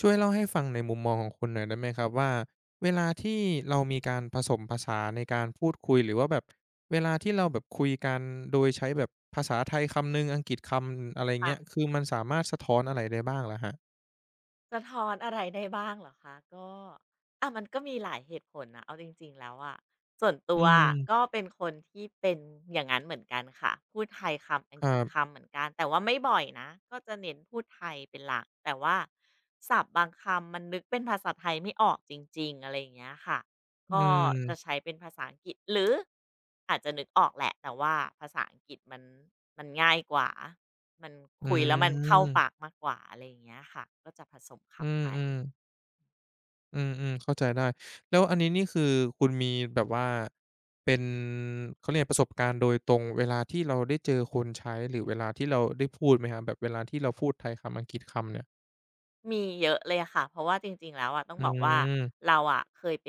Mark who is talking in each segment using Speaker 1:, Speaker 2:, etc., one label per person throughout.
Speaker 1: ช่วยเล่าให้ฟังในมุมมองของคุณหน่อยได้ไหมครับว่าเวลาที่เรามีการผสมภาษาในการพูดคุยหรือว่าแบบเวลาที่เราแบบคุยกันโดยใช้แบบภาษาไทยคำหนึ่งอังกฤษคำอะไร
Speaker 2: ค่ะ
Speaker 1: เงี้ยคือมันสามารถสะท้อนอะไรได้บ้างเหะอครับ
Speaker 2: สะท้อนอะไรได้บ้างเหรอคะก็มันก็มีหลายเหตุผลนะเอาจริงๆแล้วอะส่วนตั
Speaker 1: อื
Speaker 2: วอะก็
Speaker 1: ม
Speaker 2: เป็นคนที่เป็นอย่างนั้นเหมือนกันค่ะพูดไทยคำอัง
Speaker 1: ค
Speaker 2: ก
Speaker 1: รั
Speaker 2: ฤษคำ
Speaker 1: บ
Speaker 2: เหมือนกันแต่ว่าไม่บ่อยนะก็จะเน้นพูดไทยเป็นหลักแต่ว่าศัพท์บางคำมันนึกเป็นภาษาไทยไม่ออกจริงๆอะไรอย่างเงี้ยค่ะ
Speaker 1: อื
Speaker 2: ก็จะ
Speaker 1: ม
Speaker 2: ใช้เป็นภาษาอังกฤษหรืออาจจะนึกออกแหละแต่ว่าภาษาอังกฤษมันง่ายกว่า มัน
Speaker 1: อื
Speaker 2: คุยแล้วมันเข้าปาก
Speaker 1: ม
Speaker 2: มากกว่าอะไรอย่างเงี้ยค่ะก็จะผสม
Speaker 1: อื
Speaker 2: คำไป
Speaker 1: มๆ อืมอืมเข้าใจได้แล้วอันนี้นี่คือคุณมีแบบว่าเป็นเขาเรียกประสบการณ์โดยตรงเวลาที่เราได้เจอคนใช้หรือเวลาที่เราได้พูดไหมครับแบบเวลาที่เราพูดไทยคำอังกฤษคำเนี่ย
Speaker 2: มีเยอะเลยค่ะเพราะว่าจริงๆแล้วอะต้อง
Speaker 1: อื
Speaker 2: บอกว่า
Speaker 1: ม
Speaker 2: เราอะเคยไป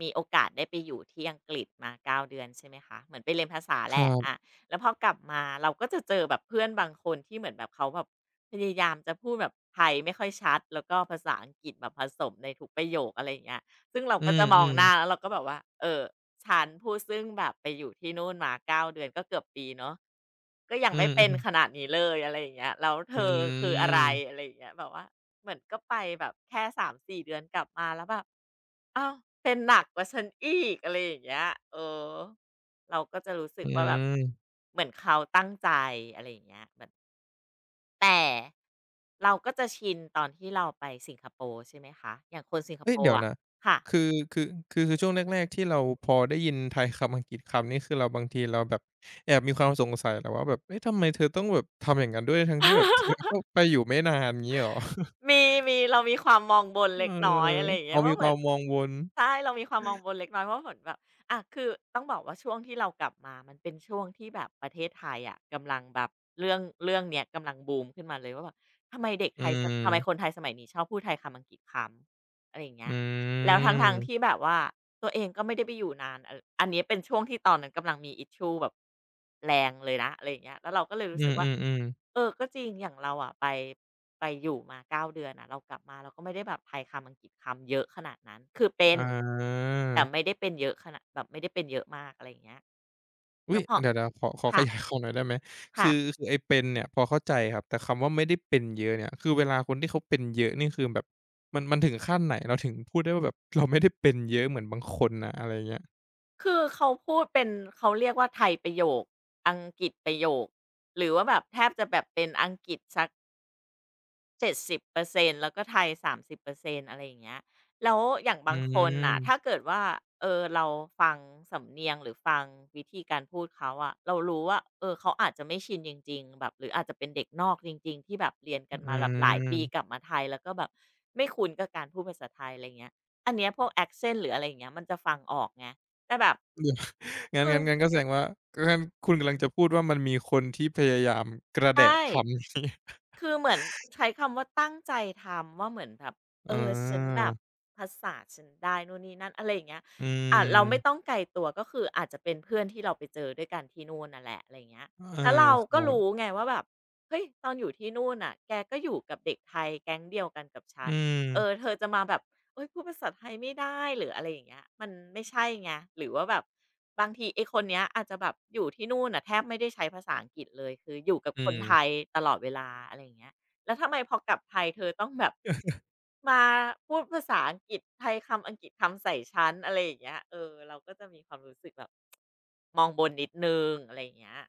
Speaker 2: มีโอกาสได้ไปอยู่ที่อังกฤษมาเก้าเดือนใช่ไหมคะเหมือนไปเรียนภาษา
Speaker 1: ค
Speaker 2: แห
Speaker 1: รั
Speaker 2: ละอะ
Speaker 1: บ
Speaker 2: แล้วพอกลับมาเราก็จะเจอแบบเพื่อนบางคนที่เหมือนแบบเขาแบบพยายามจะพูดแบบไทยไม่ค่อยชัดแล้วก็ภาษาอังกฤษแบบผสมในทุกประโยคอะไรอย่างเงี้ยซึ่งเรา
Speaker 1: อื
Speaker 2: ก็
Speaker 1: ม
Speaker 2: จะมอ
Speaker 1: อื
Speaker 2: ง
Speaker 1: ม
Speaker 2: หน้าแล้วเราก็แบบว่าเออ ฉันผู้ซึ่งแบบไปอยู่ที่นู่นมา9เดือนก็เกือบปีเนาะก็ยัง
Speaker 1: อื
Speaker 2: ไม่เป็นข
Speaker 1: ม
Speaker 2: นาดนี้เลยอะไรอย่างเงี้ยแล้วเธ
Speaker 1: อื
Speaker 2: อคืออะไรอะ
Speaker 1: ม
Speaker 2: ไรอย่างเงี้ยแบบว่าเหมือนก็ไปแบบแค่3-4เดือนกลับมาแล้วแบบอ้าวเป็นหนักกว่าฉันอีกอะไรอย่างเงี้ยเออเราก็จะรู้สึ
Speaker 1: อื
Speaker 2: ก
Speaker 1: มอื
Speaker 2: ว่าแบบ
Speaker 1: ม
Speaker 2: เหมือนเขาตั้งใจอะไรอย่างเงี้ยเหมือนแต่เราก็จะชินตอนที่เราไปสิงคโปร์ใช่ไหมคะอย่างคนสิงค
Speaker 1: เฮ้
Speaker 2: โป
Speaker 1: ยเดี๋
Speaker 2: ร์
Speaker 1: ยว
Speaker 2: อะ
Speaker 1: นะ
Speaker 2: ค่ะ
Speaker 1: คือคือคือช่วงแรกๆที่เราพอได้ยินไทยคำอังกฤษคำนี่คือเราบางทีเราแบบแอบมีความสงสัยแหละวว่าแบบเอ๊ะทำไมเธอต้องแบบทำอย่างนั้นด้วยทั้งที่แบบเธอก็ไปอยู่ไม่นานงี้หรอ
Speaker 2: มีมีเรามีความมองบนเล็
Speaker 1: เอ
Speaker 2: กน้อยอะ
Speaker 1: อ
Speaker 2: ไรอย่างเงี้
Speaker 1: เรา
Speaker 2: ย
Speaker 1: มี
Speaker 2: ว่าเห
Speaker 1: ค
Speaker 2: มื
Speaker 1: วา
Speaker 2: อน
Speaker 1: มวังวน
Speaker 2: ใช่เรามีความมองบนเล็กน้อยเพราะเหมือนแบบอะคือต้องบอกว่าช่วงที่เรากลับมามันเป็นช่วงที่แบบประเทศไทยอะกำลังแบบเรื่องเนี้ยกำลังบูมขึ้นมาเลยว่าแบบทำไมเด็กไท
Speaker 1: อื
Speaker 2: ยสทำไมคนไท
Speaker 1: ม
Speaker 2: ยสมัยนี้ชอบพูดไทยคำอังกฤษคำอะไรอย่างเงี้
Speaker 1: อื
Speaker 2: ยแล้วทั้งๆที่
Speaker 1: ม
Speaker 2: แบบว่า ตัวเองก็ไม่ได้ไปอยู่นานอนอันนี้เป็นช่วงที่ตอนนั้นกำลังมี Issue แบบแรงเลยนะอะไรอย่างเงี้ยแล้วเราก็เลยรู้
Speaker 1: อื
Speaker 2: สึกว่า
Speaker 1: มๆๆ
Speaker 2: เออก็จริงอย่างเราอะไปอยู่มาเก้าเดือนอะเรากลับมาเราก็ไม่ได้แบบไทยคำอังกฤษคำเยอะขนาดนั้นคือเป็น
Speaker 1: อา
Speaker 2: แต่ไม่ได้เป็นเยอะขนาดแบบไม่ได้เป็นเยอะมากอะไรอย่างเงี้ย
Speaker 1: อุ๊
Speaker 2: แล้
Speaker 1: ย
Speaker 2: วพอ
Speaker 1: เดี๋ยวๆขอข
Speaker 2: ค่ะ
Speaker 1: ยายความหน่อยได้ไหมคื
Speaker 2: ค่ะ
Speaker 1: อคือไอ้เป็นเนี่ยพอเข้าใจครับแต่คำว่าไม่ได้เป็นเยอะเนี่ยคือเวลาคนที่เขาเป็นเยอะนี่คือแบบมันถึงขั้นไหนเราถึงพูดได้ว่าแบบเราไม่ได้เป็นเยอะเหมือนบางคนน่ะอะไรเงี้ย
Speaker 2: คือเขาพูดเป็นเขาเรียกว่าไทยประโยคอังกฤษประโยคหรือว่าแบบแทบจะแบบเป็นอังกฤษสัก 70%แล้วก็ไทย30%อร์เซ็นอะไรอย่างเงี้ยแล้วอย่าง
Speaker 1: อื
Speaker 2: บางคนน่ะถ้า
Speaker 1: ม
Speaker 2: เกิดว่าเออเราฟังสำเนียงหรือฟังวิธีการพูดเขาอะเรารู้ว่าเออเขาอาจจะไม่ชินจริงๆแบบหรืออาจจะเป็นเด็กนอกจริงๆที่แบบเรียนกัน
Speaker 1: อื
Speaker 2: มาแบบหลายปีกลั
Speaker 1: ม
Speaker 2: บมาไทยแล้วก็แบบไม่คุ้นกับการพูดภาษาไทยอะไรงเงี้ยอันเนี้ยพวก accent หรืออะไรอย่างเงี้ยมันจะฟังออกไงแต่แบบ
Speaker 1: งั้น
Speaker 2: คือ
Speaker 1: งั้นงั้นก็แสดงว่างั้นคุณกำลังจะพูดว่ามันมีคนที่พยายามกระแดะ
Speaker 2: ใช่
Speaker 1: คำ นี้
Speaker 2: คือเหมือนใช้คำว่าตั้งใจทำว่าเหมือนแบบเอ
Speaker 1: อา
Speaker 2: อฉันแบบภาษาฉันได้นู่นนี่นั่นอะไรอย่างเงี้ย
Speaker 1: อื
Speaker 2: เราไม่ต้อ
Speaker 1: ม
Speaker 2: งไกลตัวก็คืออาจจะเป็นเพื่อนที่เราไปเจอด้วยกันที่นู่นน่ะแหละอะไรอย่างเงี้ย
Speaker 1: เออ
Speaker 2: แล้วเรา
Speaker 1: ค
Speaker 2: ก็
Speaker 1: รั
Speaker 2: รู้
Speaker 1: บ
Speaker 2: ไงว่าแบบเฮ้ยตอนอยู่ที่นู่นน่ะแกก็อยู่กับเด็กไทยแก๊งเดียวกันกับฉั
Speaker 1: อื
Speaker 2: นเออเธ
Speaker 1: ม
Speaker 2: อจะมาแบบ เอ้ยพูดภาษาไทยไม่ได้หรืออะไรอย่างเงี้ยมันไม่ใช่ไงหรือว่าแบบบางทีไอ้คนเนี้ยอาจจะแบบอยู่ที่นู่นน่ะแทบไม่ได้ใช้ภาษาอังกฤษเลยคืออยู่กับ
Speaker 1: อื
Speaker 2: คนไทย
Speaker 1: ม
Speaker 2: ตลอดเวลาอะไรอย่างเงี้ยแล้วทำไมพอกลับไทยเธอต้องแบบมาพูดภาษาอังกฤษไทยคำอังกฤษคำใส่ชันอะไรอย่างเงี้ยเออเราก็จะมีความรู้สึกแบบมองบนนิดนึงอะไรอย่างเงี้ย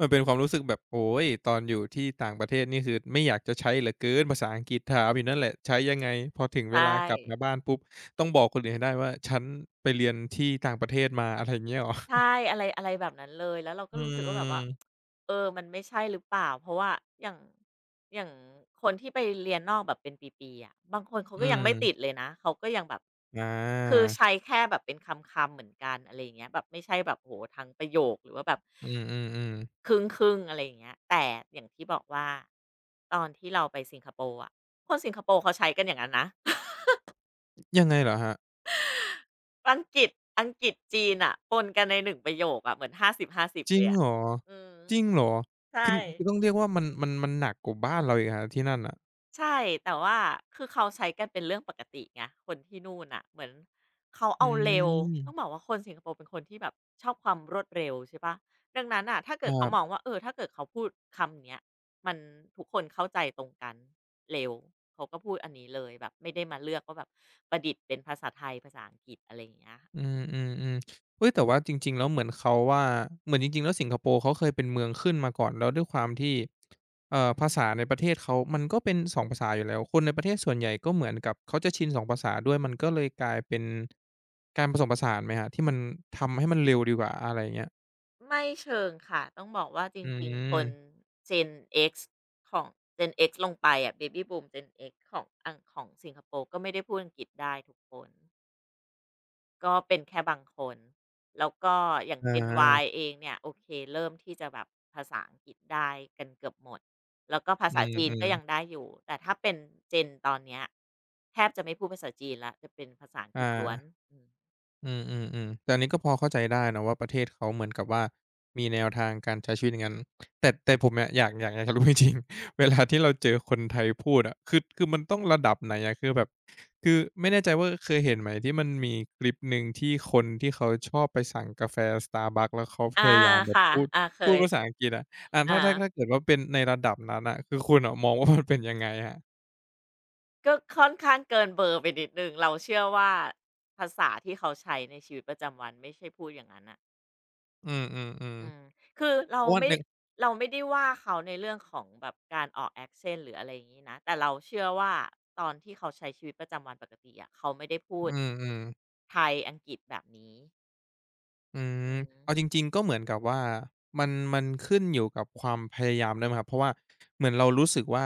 Speaker 1: มันเป็นความรู้สึกแบบโอ๊ยตอนอยู่ที่ต่างประเทศนี่คือไม่อยากจะใช้เหลือเกินภาษาอังกฤษถามอยู่นั่นแหละใช้ยังไงพอถึงเว
Speaker 2: ใช่
Speaker 1: ลากลับมาบ้านปุ๊บต้องบอกคนอื่นให้ได้ว่าฉันไปเรียนที่ต่างประเทศมาอะไรอย่างเงี้ยเหรอ
Speaker 2: ใช่อะไรอะไรแบบนั้นเลยแล้วเราก็
Speaker 1: อื
Speaker 2: รู้สึกว่าแบบว่า
Speaker 1: ม
Speaker 2: มันไม่ใช่หรือเปล่าเพราะว่าอย่างอย่างคนที่ไปเรียนนอกแบบเป็นปีๆอะบางคนเขา
Speaker 1: อื
Speaker 2: ก็ยัง
Speaker 1: ม
Speaker 2: ไม่ติดเลยนะเขาก็ยังแบบ
Speaker 1: อ
Speaker 2: คือ
Speaker 1: า
Speaker 2: ใช้แค่แบบเป็นคำๆเหมือนกันอะไรอย่างเงี้ยแบบไม่ใช่แบบโอ้โฮทั้งประโยคหรือว่าแบบ
Speaker 1: อืม
Speaker 2: ค
Speaker 1: ๆ
Speaker 2: รึ่งๆอะไรอย่างเงี้ยแต่อย่างที่บอกว่าตอนที่เราไปสิงคโปร์อะคนสิงคโปร์เขาใช้กันอย่างนั้นนะ
Speaker 1: ๆยังไงเหรอครับ
Speaker 2: อังกฤษอังกฤษจีนอะปนกันในหนึ่งประโยคอะเหมือน50:50
Speaker 1: จริ
Speaker 2: เล
Speaker 1: ง
Speaker 2: ยอะ
Speaker 1: เหรอ
Speaker 2: อืม
Speaker 1: จริงเหรอคื
Speaker 2: ใช่
Speaker 1: อคือต้องเรียกว่ามันหนักกว่าบ้านเราอีกเหรอครับที่นั่นน่ะ
Speaker 2: ใช่แต่ว่าคือเขาใช้กันเป็นเรื่องปกติไงคนที่นู่นน่ะเหมือนเขา
Speaker 1: อื
Speaker 2: เอาเร็วต้องบอ
Speaker 1: ม
Speaker 2: กว่าคนสิงคโปร์เป็นคนที่แบบชอบความรวดเร็วใช่เปล่าดังนั้นน่ะถ้าเกิ
Speaker 1: ค
Speaker 2: ดเขา
Speaker 1: รั
Speaker 2: มอง
Speaker 1: บ
Speaker 2: ว่าถ้าเกิดเขาพูดคำเนี้ยมันทุกคนเข้าใจตรงกันเร็วเขาก็พูดอันนี้เลยแบบไม่ได้มาเลือกว่าแบบประดิษฐ์เป็นภาษาไทยภาษาอังกฤษอะไรอย่างเงี้ย
Speaker 1: อืมอืมอืมเฮ้ยแต่ว่าจริงๆแล้วเหมือนเขาว่าเหมือนจริงๆแล้วสิงคโปร์เขาเคยเป็นเมืองขึ้นมาก่อนแล้วด้วยความที่ภาษาในประเทศเขามันก็เป็นสองภาษาอยู่แล้วคนในประเทศส่วนใหญ่ก็เหมือนกับเขาจะชินสองภาษาด้วยมันก็เลยกลายเป็นการผสมผสานไหมฮะที่มันทำให้มันเร็วดีกว่าอะไรเงี้ย
Speaker 2: ไม่เชิงค่ะต้องบอกว่าจ
Speaker 1: อื
Speaker 2: ริงๆคน
Speaker 1: ม
Speaker 2: Gen X ของ Gen X ลงไปอะ Baby Boom Gen X ของอังของสิงคโปร์ก็ไม่ได้พูดอังกฤษได้ทุกคนก็เป็นแค่บางคนแล้วก็อย่าง
Speaker 1: อ
Speaker 2: Gen Y
Speaker 1: า
Speaker 2: เองเนี่ยโอเคเริ่มที่จะแบบภาษาอังกฤษได้กันเกือบหมดแล้วก็ภา
Speaker 1: อื
Speaker 2: ษา
Speaker 1: ม
Speaker 2: จีน
Speaker 1: อื
Speaker 2: ก็
Speaker 1: ม
Speaker 2: ยังได้อยู่แต่ถ้าเป็น Gen ตอนเนี้ยแทบจะไม่พูดภาษาจีนแล้วจะเป็นภาษาอังกฤษล้วน
Speaker 1: อา
Speaker 2: อืม
Speaker 1: อืมอืมอืมแต่อันนี้ก็พอเข้าใจได้นะว่าประเทศเขาเหมือนกับว่ามีแนวทางการใช้ชีวิตอย่างงั้นแต่แต่ผมอยากจะรู้จริงๆ เวลาที่เราเจอคนไทยพูดอ่ะคือคือมันต้องระดับไหนอ่ะคือแบบคือไม่แน่ใจว่าเคยเห็นไหมที่มันมีคลิปหนึ่งที่คนที่เขาชอบไปสั่งกาแฟ Starbucks แล้วเขาพ
Speaker 2: อา
Speaker 1: ยายามแบบ
Speaker 2: ค่ะ
Speaker 1: พูด
Speaker 2: อาเค
Speaker 1: พูด
Speaker 2: ย
Speaker 1: ภา
Speaker 2: ค
Speaker 1: ษาอังกฤษอะอา
Speaker 2: อา
Speaker 1: ถ้าเกิดว่าเป็นในระดับนั้นอ่ะคือคุณอะมองว่ามันเป็นยังไงฮะ
Speaker 2: ก็ค่อนข้างเกินเบอร์ไปนิดนึงเราเชื่อว่าภาษาที่เขาใช้ในชีวิตประจำวันไม่ใช่พูดอย่างนั้นอะ
Speaker 1: อืมอืมอืม
Speaker 2: อืมคือเรา
Speaker 1: เพราะว่า
Speaker 2: ไม่
Speaker 1: ใน
Speaker 2: เราไม่ได้ว่าเขาในเรื่องของแบบการออก accent หรืออะไรอย่างงี้นะแต่เราเชื่อว่าตอนที่เขาใช้ชีวิตประจำวันปกติอะเขาไม่ได้พู
Speaker 1: อื
Speaker 2: ด
Speaker 1: มอืม
Speaker 2: ไทยอังกฤษแบบนี้
Speaker 1: อื
Speaker 2: อื
Speaker 1: ม
Speaker 2: ม
Speaker 1: เอาจริงๆก็เหมือนกับว่ามันขึ้นอยู่กับความพยายามด้วยไหมครับเพราะว่าเหมือนเรารู้สึกว่า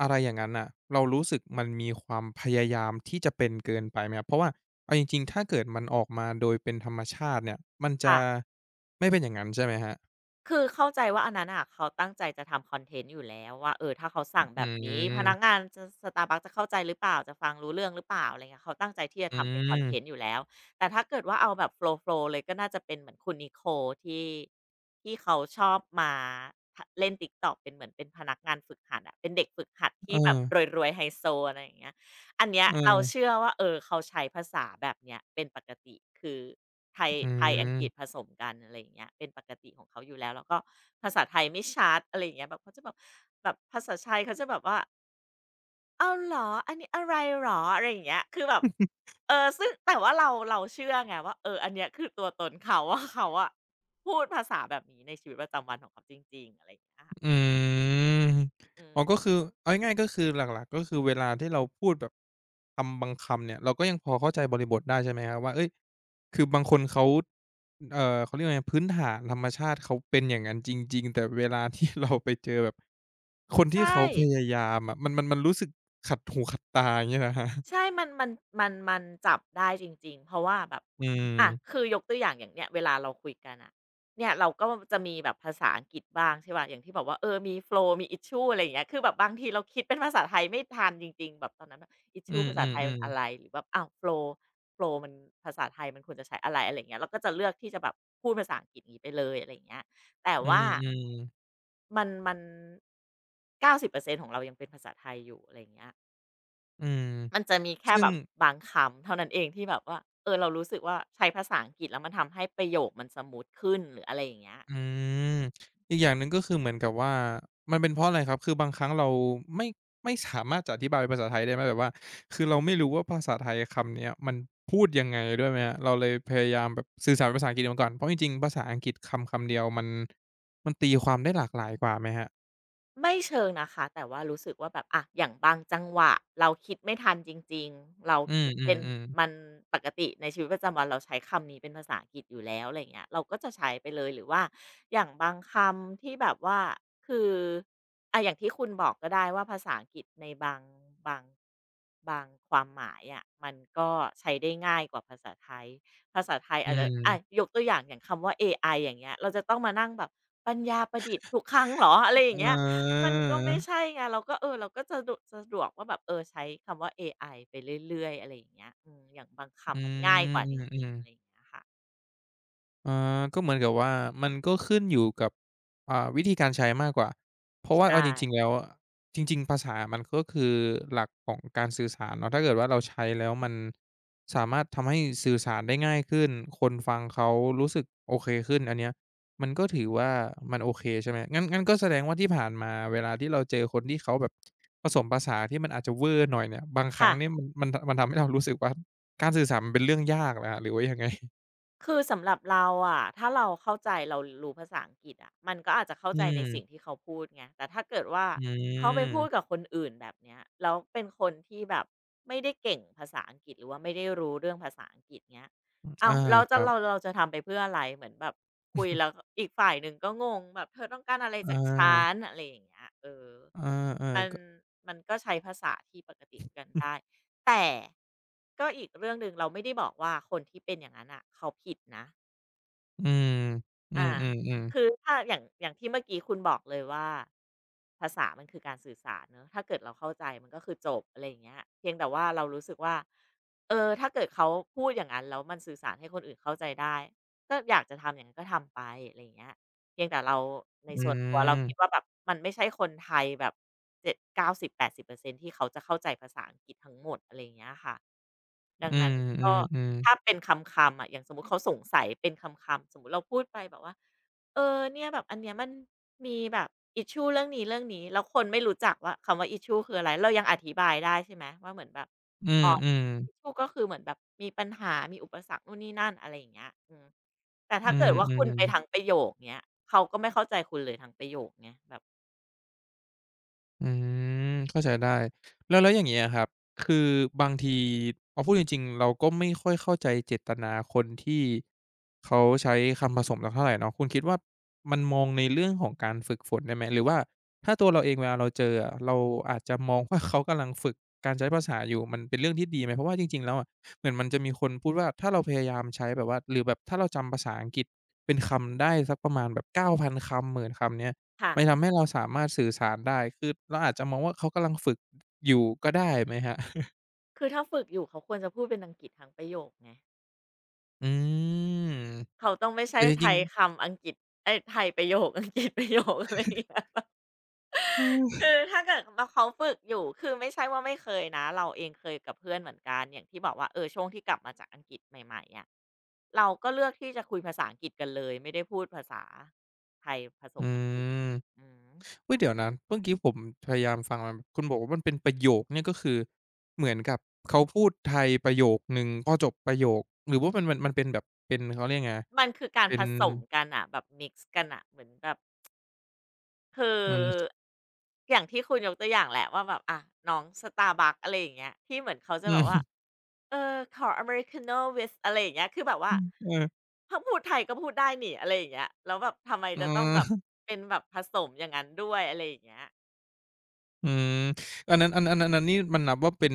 Speaker 1: อะไรอย่างงั้นน่ะเรารู้สึกมันมีความพยายามที่จะเป็นเกินไปไหมครับเพราะว่าเอาจริงๆถ้าเกิดมันออกมาโดยเป็นธรรมชาติเนี่ยมันจะ
Speaker 2: ค่ะ
Speaker 1: ไม่เป็นอย่างงั้นใช่ไหมครับ
Speaker 2: คือเข้าใจว่าอันนั้นอะเขาตั้งใจจะทำคอนเทนต์อยู่แล้วว่าถ้าเขาสั่ง
Speaker 1: อื
Speaker 2: แบบนี้พนักงา
Speaker 1: ม
Speaker 2: นจะสตา r ์บัคจะเข้าใจหรือเปล่าจะฟังรู้เรื่องหรือเปล่าอะไรเงี้ยเขาตั้งใจที่จะ
Speaker 1: อื
Speaker 2: ทำเป็นคอนเทนต์อ
Speaker 1: ม
Speaker 2: ยู่แล้วแต่ถ้าเกิดว่าเอาแบบโฟล์โฟล์เลยก็น่าจะเป็นเหมือนคุณนิโคลที่ที่เขาชอบมาเล่นติ๊กต็อ k เป็นเหมือนเป็นพนักงานฝึกหัดอะเป็นเด็กฝึกหัด
Speaker 1: เอ
Speaker 2: ที่แบบ
Speaker 1: อ
Speaker 2: รวยๆไฮโซอะไรอย่างเงี้ย อันเนี้
Speaker 1: ๆ
Speaker 2: ย
Speaker 1: อื
Speaker 2: เรา
Speaker 1: ม
Speaker 2: เชื่อว่าเขาใช้ภาษาแบบเนี้ยเป็นปกติคือไทยไทยอังกฤษ
Speaker 1: อื
Speaker 2: ผสมกันอะไรอย่างเงี้ยเป็นปกติของเขาอยู่แล้วแล้วก็ภาษาไทยไม่ชัดอะไรอย่างเงี้ยแบบเขาจะแบบแบบภาษาไทยเขาจะแบบว่าอ้าวเหรออันนี้อะไรเหรออะไรอย่างเงี้ยคือแบบ
Speaker 1: ม
Speaker 2: ซึ่งแต่ว่าเราเชื่อไงว่าอันเนี้ยคือตัวตนเขาว่าเขาอะพูดภาษาแบบนี้ในชีวิตประจำวันของเขาจริงๆอะไรอย่างเงี้ยค่ะ
Speaker 1: อืม
Speaker 2: อื
Speaker 1: อ๋อ
Speaker 2: ม
Speaker 1: ก็คือเอาง่ายๆก็คือหลักๆก็คือเวลาที่เราพูดแบบคำบางคำเนี่ย เราก็ยังพอเข้าใจบริบทได้ใช่ไหมครับว่าเฮ้ย คือบางคนเขา เขาเรียกว่าไงพื้นฐานธรรมชาติเขาเป็นอย่างนั้นจริงๆ แต่เวลาที่เราไปเจอแบบ คน
Speaker 2: ใช
Speaker 1: ที่
Speaker 2: ่
Speaker 1: เขาพยายามอะมันรู้สึกขัดหูขัดตาอย่างเงี้ยเหรอครับ
Speaker 2: ใช่มันจับได้จริงๆเพราะว่าแบบ
Speaker 1: อืม
Speaker 2: อะคือยกตัวอย่างอย่างเนี้ยเวลาเราคุยกันอ่ะเนี่ยเราก็จะมีแบบภาษาอังกฤษบ้างใช่เปล่าอย่างที่บอกว่ามีโฟลว์มี issue อะไรอย่างเงี้ยคือแบบบางทีเราคิดเป็นภาษาไทยไม่ทันจริงๆแบบตอนนั้นแบบ
Speaker 1: อื
Speaker 2: issue ภาษาไทยมัน
Speaker 1: ม
Speaker 2: อะ
Speaker 1: ๆ
Speaker 2: ไร
Speaker 1: ๆ
Speaker 2: หรือแบบอ้าวโฟลว์โฟลว์มันภาษาไทยมันควรจะใช้อะไรอะไรอย่างเงี้ยเราก็จะเลือกที่จะแบบพูดภาษาอังกฤษอย่างงี้ไปเลยอะไรอย่างเงี้ยแต่
Speaker 1: อื
Speaker 2: ว่า
Speaker 1: มๆ
Speaker 2: มัน90%ของเรายังเป็นภาษาไทยอยู่อะไรอย่างเงี้ย
Speaker 1: อืม
Speaker 2: มันจะมีแค่
Speaker 1: ซึ่
Speaker 2: แบ
Speaker 1: ง
Speaker 2: บบางคำเท่านั้นเองที่แบบว่าเรารู้สึกว่าใช้ภาษาอังกฤษแล้วมันทำให้ประโยคมันสมูทขึ้นหรืออะไรอย่างเงี้ย
Speaker 1: อื
Speaker 2: อืม
Speaker 1: มอีกอย่างหนึ่งก็คือเหมือนกับว่ามันเป็นเพราะอะไรครับคือบางครั้งเราไม่ไม่สามารถจะอธิบายเป็นภาษาไทยได้ไหมแบบว่าคือเราไม่รู้ว่าภาษาไทยคำเนี้ยมันพูดยังไงด้วยไหมครับเราเลยพยายามแบบสื่อสารเป็นภาษาอังกฤษมาก่อนเพราะจริงๆภาษาอังกฤษคำคำเดียวมันตีความได้หลากหลายกว่าไหมครับ
Speaker 2: ไม่เชิงนะคะแต่ว่ารู้สึกว่าแบบอะอย่างบางจังหวะเราคิดไม่ทันจริงๆเรา
Speaker 1: อื
Speaker 2: คิด
Speaker 1: ม
Speaker 2: เป็น
Speaker 1: ๆ
Speaker 2: มัน
Speaker 1: ๆ
Speaker 2: ปกติในชีวิตประจำวันเราใช้คำนี้เป็นภาษาอังกฤษอยู่แล้วอะไรเงี้ยเราก็จะใช้ไปเลยหรือว่าอย่างบางคำที่แบบว่าคืออะอย่างที่คุณบอกก็ได้ว่าภาษาอังกฤษในบางบางบางความหมายอะมันก็ใช้ได้ง่ายกว่าภาษาไทยภาษาไทย
Speaker 1: อื
Speaker 2: อาจจะอะ
Speaker 1: ม
Speaker 2: ยกตัวอย่างอย่างคำว่าเอไออย่างเงี้ยเราจะต้องมานั่งแบบปัญญาประดิษฐ์ทุกครังเหรออะไรอ
Speaker 1: เ
Speaker 2: ย่างเงี้ย มัน
Speaker 1: ออ
Speaker 2: ก็ไม่ใช่ไงเราก็เราก็จะดุสะดวกว่าแบบใช้คำว่าเอไอไปเรื่อยๆอะไรอย่างเงี้ยอืมอย่างบาง
Speaker 1: อื
Speaker 2: คำมันง่า
Speaker 1: ม
Speaker 2: ยกว่าจ
Speaker 1: อื
Speaker 2: ริง
Speaker 1: อ
Speaker 2: ๆอะไรอย่า
Speaker 1: ๆ
Speaker 2: งเงี้ยค่ะ
Speaker 1: อาก็เหมือนกับว่ามันก็ขึ้นอยู่กับวิธีการใช้มากกว่า เพราะว่า
Speaker 2: ใช่
Speaker 1: เอาจริงๆแล้วอะจริงๆภาษามันก็คือหลักของการสื่อสารเนาะถ้าเกิดว่าเราใช้แล้วมันสามารถทำให้สื่อสารได้ง่ายขึ้น คนฟังเขารู้สึกโอเคขึ้นอันเนี้ยมันก็ถือว่ามันโอเคใช่ไหมงั้นก็แสดงว่าที่ผ่านมาเวลาที่เราเจอคนที่เขาแบบผสมผสานที่มันอาจจะเวอร์หน่อยเนี่ยบางครั้งเนี่ย
Speaker 2: ค่ะ
Speaker 1: มันทำให้เรารู้สึกว่าการสื่อสารมันเป็นเรื่องยากเหรอครับหรือว่ายังไง
Speaker 2: คือสำหรับเราอะถ้าเราเข้าใจเรารู้ภาษาอังกฤษอะมันก็อาจจะเข้า
Speaker 1: อื
Speaker 2: ใจในสิ่ง
Speaker 1: ม
Speaker 2: ที่เขาพูดไงแต่ถ้าเกิดว่า
Speaker 1: อื
Speaker 2: เขาไปพูดกับ
Speaker 1: ม
Speaker 2: คนอื่นแบบเนี้ยแล้วเป็นคนที่แบบไม่ได้เก่งภาษาอังกฤษหรือว่าไม่ได้รู้เรื่องภาษาอังกฤษเงี้ยเอ้า
Speaker 1: อา
Speaker 2: วแล
Speaker 1: ค
Speaker 2: จะ
Speaker 1: รั
Speaker 2: เรา
Speaker 1: บ
Speaker 2: เราจะทำไปเพื่ออะไรเหมือนแบบคุยแล้วอีกฝ่ายหนึ่งก็งงแบบเธอต้องการอะไร
Speaker 1: อ
Speaker 2: จากฉัน
Speaker 1: า
Speaker 2: อะไรอย่างเงี้ยเออ
Speaker 1: อา
Speaker 2: มัน
Speaker 1: ๆก็
Speaker 2: มันก็ใช้ภาษาที่ปกติคุยกันได้ แต่ก็อีกเรื่องหนึ่งเราไม่ได้บอกว่าคนที่เป็นอย่างนั้นอ่ะเขาผิดนะ
Speaker 1: อืมอื
Speaker 2: อา
Speaker 1: มๆ
Speaker 2: คือ
Speaker 1: ๆ
Speaker 2: ถ้าอย่างอย่างที่เมื่อกี้คุณบอกเลยว่าภาษามันคือการสื่อสารเนอะถ้าเกิดเราเข้าใจมันก็คือจบอะไรอย่างเงี้ยเพียงแต่ว่าเรารู้สึกว่าเออถ้าเกิดเขาพูดอย่างนั้นแล้วมันสื่อสารให้คนอื่นเข้าใจได้ก็อยากจะทำอย่างนั้นก็ทำไปอะไรอย่างเงี้ยเพียงแต่เราใน
Speaker 1: อื
Speaker 2: ส่วนตัวเรา
Speaker 1: ม
Speaker 2: คิดว่าแบบมันไม่ใช่คนไทยแบบเจ็ดเก้าสิบแปดสิบเปอร์90 80%ที่เขาจะเข้าใจภาษาอังกฤษทั้งหมดอะไรอย่างเงี้ยค่ะดัง
Speaker 1: อื
Speaker 2: นั้นก็
Speaker 1: ม
Speaker 2: ถ้า
Speaker 1: ๆๆ
Speaker 2: เป็นคำคำอะอย่างสมมุติเขาสงสัยเป็นคำคำสมมุติเราพูดไปแบบว่าเออเนี่ยแบบอันเนี้ยมันมีแบบ issue เรื่องนี้ๆแล้วคนไม่รู้จักว่าคำว่า issue คืออะไรเรายังอธิบายได้ใช่ไหมว่าเหมือนแบบ
Speaker 1: อื
Speaker 2: อ๋
Speaker 1: ม
Speaker 2: อ
Speaker 1: ๆ
Speaker 2: issue
Speaker 1: อ
Speaker 2: ก็คือเหมือนแบบมีปัญหามีอุปสรรคนู่นนี่นั่นอะไรอย่างเงี้ยอืมแต่ถ้า
Speaker 1: ื
Speaker 2: เกิดว่าคุณไป
Speaker 1: ม
Speaker 2: ทั้ง
Speaker 1: ๆ
Speaker 2: ประโยคเงี้ยเขาก็ไม่เข้าใจคุณเลยทั้งประโยคไงแบบ
Speaker 1: อืมเข้าใจได้แล้วอย่างเงี้ยครับคือบางทีเอาพูดจริงๆเราก็ไม่ค่อยเข้าใจเจตนาคนที่เขาใช้คำผสมสักเท่าไรเนาะคุณคิดว่ามันมองในเรื่องของการฝึกฝนได้ไหมหรือว่าถ้าตัวเราเองเวลาเราเจออะเราอาจจะมองว่าเขากำลังฝึกการใช้ภาษาอยู่มันเป็นเรื่องที่ดีไหมเพราะว่าจริงๆแล้วอะเหมือนมันจะมีคนพูดว่าถ้าเราพยายามใช้แบบว่าหรือแบบถ้าเราจำภาษาอังกฤษเป็นคำได้สักประมาณแบบเก้าพันคำหมื0นคำเนี้ย
Speaker 2: ค่ะ
Speaker 1: มันทำให้เราสามารถสื่อสารได้ คือเราอาจจะมองว่าเขากำลังฝึกอยู่ก็ได้ไหมครับ
Speaker 2: คือถ้าฝึกอยู่เขาควรจะพูดเป็นอังกฤษทั้งประโยคไง
Speaker 1: อืม
Speaker 2: เขาต้องไม่ใช่
Speaker 1: แต่จ
Speaker 2: ไท
Speaker 1: ริง
Speaker 2: ย
Speaker 1: ๆ
Speaker 2: คำอังกฤษเอ้ยไทยประโยค อังกฤษประโยคอะไรอย่างเงี้ย
Speaker 1: อืม
Speaker 2: คือถ้าเกิดว่าเขาฝึกอยู่คือไม่ใช่ว่าไม่เคยนะเราเองเคยกับเพื่อนเหมือนกันอย่างที่บอกว่าเออช่วงที่กลับมาจากอังกฤษใหม่ๆอะเราก็เลือกที่จะคุยภาษาอังกฤษกันเลยไม่ได้พูดภาษาไทยผส
Speaker 1: อื
Speaker 2: มอังกฤษ
Speaker 1: ม
Speaker 2: อือฮึ
Speaker 1: อุ๊ยเดี๋ยวนะเมื่อกี้ผมพยายามฟังมาคุณบอกว่ามันเป็นประโยคเนี่ยก็คือเหมือนกับเขาพูดไทยประโยคหนึ่งพอจบประโยคหรือว่ามันเป็นแบบเป็นเขาเรียกไง
Speaker 2: มันคือการ
Speaker 1: เป็
Speaker 2: ผ
Speaker 1: น
Speaker 2: สมกันน่ะแบบมิกซ์กันน่ะเหมือนแบบ คือ
Speaker 1: อืม
Speaker 2: อย่างที่คุณยกตัวอย่างแหละว่าแบบอะน้อง s t a r b u c k อะไรอย่างเงี้ยที่เหมือนเขาจะ
Speaker 1: อื
Speaker 2: แบบว่า
Speaker 1: ม
Speaker 2: เออขออเมริกาโน่ with" อะไรอย่างเงี้ยคือแบบว่า ถ้าพูดไทยก็พูดได้นี่อะไรอย่างเงี้ยแล้วแบบทำไม
Speaker 1: เออ
Speaker 2: จะต้องแบบ
Speaker 1: อืม
Speaker 2: เป็นแบบผสมอย่างนั้นด้วยอะไรอย่างเงี้ย
Speaker 1: อืมอันนั้นนี่มันนับว่าเป็น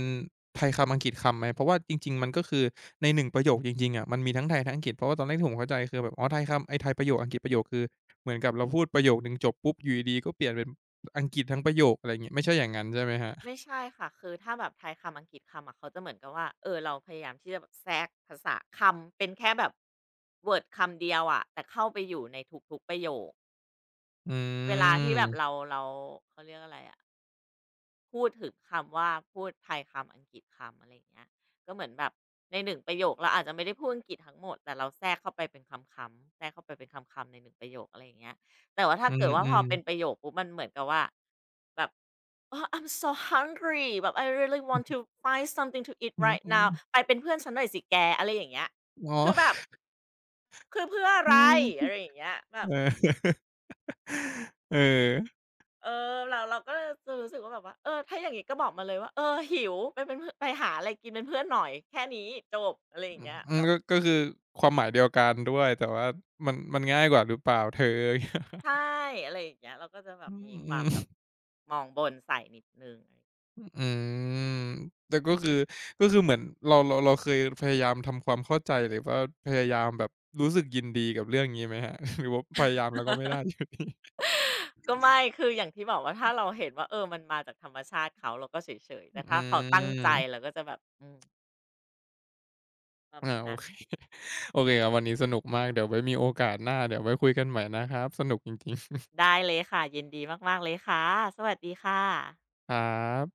Speaker 1: ไทยคำอังกฤษคำไหมเพราะว่าจริงๆมันก็คือในหนึ่งประโยคจริงๆอะมันมีทั้งไทยทั้งอังกฤษเพราะว่าตอนแรกที่ผมเข้าใจคือแบบอ๋อไทยคำไอ้ไทยประโยคอังกฤษประโยคคือเหมือนกับเราพูดประโยคหนึ่งจบปุ๊บอยู่ดีๆก็เปลี่ยนเป็นอังกฤษทั้งประโยคอะไรอย่างงี้ไม่ใช่อย่างงั้นใช่ไหมครับ
Speaker 2: ไม่ใช่ค่ะคือถ้าแบบไทยคำอังกฤษคำอะเขาจะเหมือนกับว่าเออเราพยายามที่จะแบบแทรกภาษาคำเป็นแค่แบบเวิร์ดคำเดียวอะแต่เข้าไปอยู่ในทุกๆประโยค
Speaker 1: อื
Speaker 2: เวลาที่แบบเรา
Speaker 1: ม
Speaker 2: เราเขาเรียกอะไรอะ พูดถึงคำว่าพูดไทยคำอังกฤษคำอะไรอย่างเงี้ยก็เหมือนแบบในหนึ่งประโยคเราอาจจะไม่ได้พูดอังกฤษทั้งหมดแต่เราแทรกเข้าไปเป็นคำๆแทรกเข้าไปเป็นคำๆในหนึ่งประโยคอะไรอย่างเงี้ยแต่ว่าถ้า
Speaker 1: อื
Speaker 2: เกิดว่าพอ
Speaker 1: ม
Speaker 2: เป็นประ
Speaker 1: ๆ
Speaker 2: โยคปุ๊บมันเหมือนกับว่าแบบอ๋อ I'm so hungry" แบบ "I really want to find something to eat
Speaker 1: อื
Speaker 2: right
Speaker 1: ม
Speaker 2: now"
Speaker 1: ๆ
Speaker 2: ไปเป็นเพื่อนฉันหน่อยสิแกอะไรอย่างเงี้ย
Speaker 1: อ๋อ
Speaker 2: คือแบบคือเพื่ออะ
Speaker 1: อื
Speaker 2: ไร
Speaker 1: ม
Speaker 2: อะไรอย่างเงี้ยแบบ
Speaker 1: เออเออ
Speaker 2: เออเราก็จะรู้สึกว่าแบบว่าเออถ้าอย่างงี้ก็บอกมาเลยว่าเออหิวไปเป็นพไปหาอะไรกินเป็นเพื่อนหน่อยแค่นี้จบอะไรอย่า
Speaker 1: อื
Speaker 2: งเงี้ยแบ
Speaker 1: ม
Speaker 2: บ
Speaker 1: ก็ก็คือความหมายเดียวกันด้วยแต่ว่ามันมันง่ายกว่าหรือเปล่าเธอ อย่างเงี้ย
Speaker 2: ใช่อะไรอย่างเงี้ยเราก็จะแบ
Speaker 1: อื
Speaker 2: บมีความแบบ
Speaker 1: ม
Speaker 2: มองบนใส่นิดหนึ่งอะไร
Speaker 1: อืมแต่ก็คือก็คือเหมือนเราเคยพยายามทำความเข้าใจหรือว่าพยายามแบบรู้สึกยินดีกับเรื่องงี้ไหมครับ หรือว่าพยายามแล้วก็ไม่ได้อยู่ดี
Speaker 2: ก็ไม่คืออย่างที่บอกว่าถ้าเราเห็นว่าเออมันมาจากธรรมชาติเขาเราก็เฉยๆ
Speaker 1: อื
Speaker 2: แต่ถ้าเขาตั้งใจเรา
Speaker 1: ม
Speaker 2: ก็จะแบบอืมประ
Speaker 1: อา
Speaker 2: มาณ
Speaker 1: โอ
Speaker 2: นั้น
Speaker 1: เค โอเคครับวันนี้สนุกมากเดี๋ยวไว้มีโอกาสหน้าเดี๋ยวไว้คุยกันใหม่นะครับสนุกจริง
Speaker 2: ได้เลยค่ะยินดีมากๆเลยค่ะสวัสดีค่ะ
Speaker 1: ๆครับ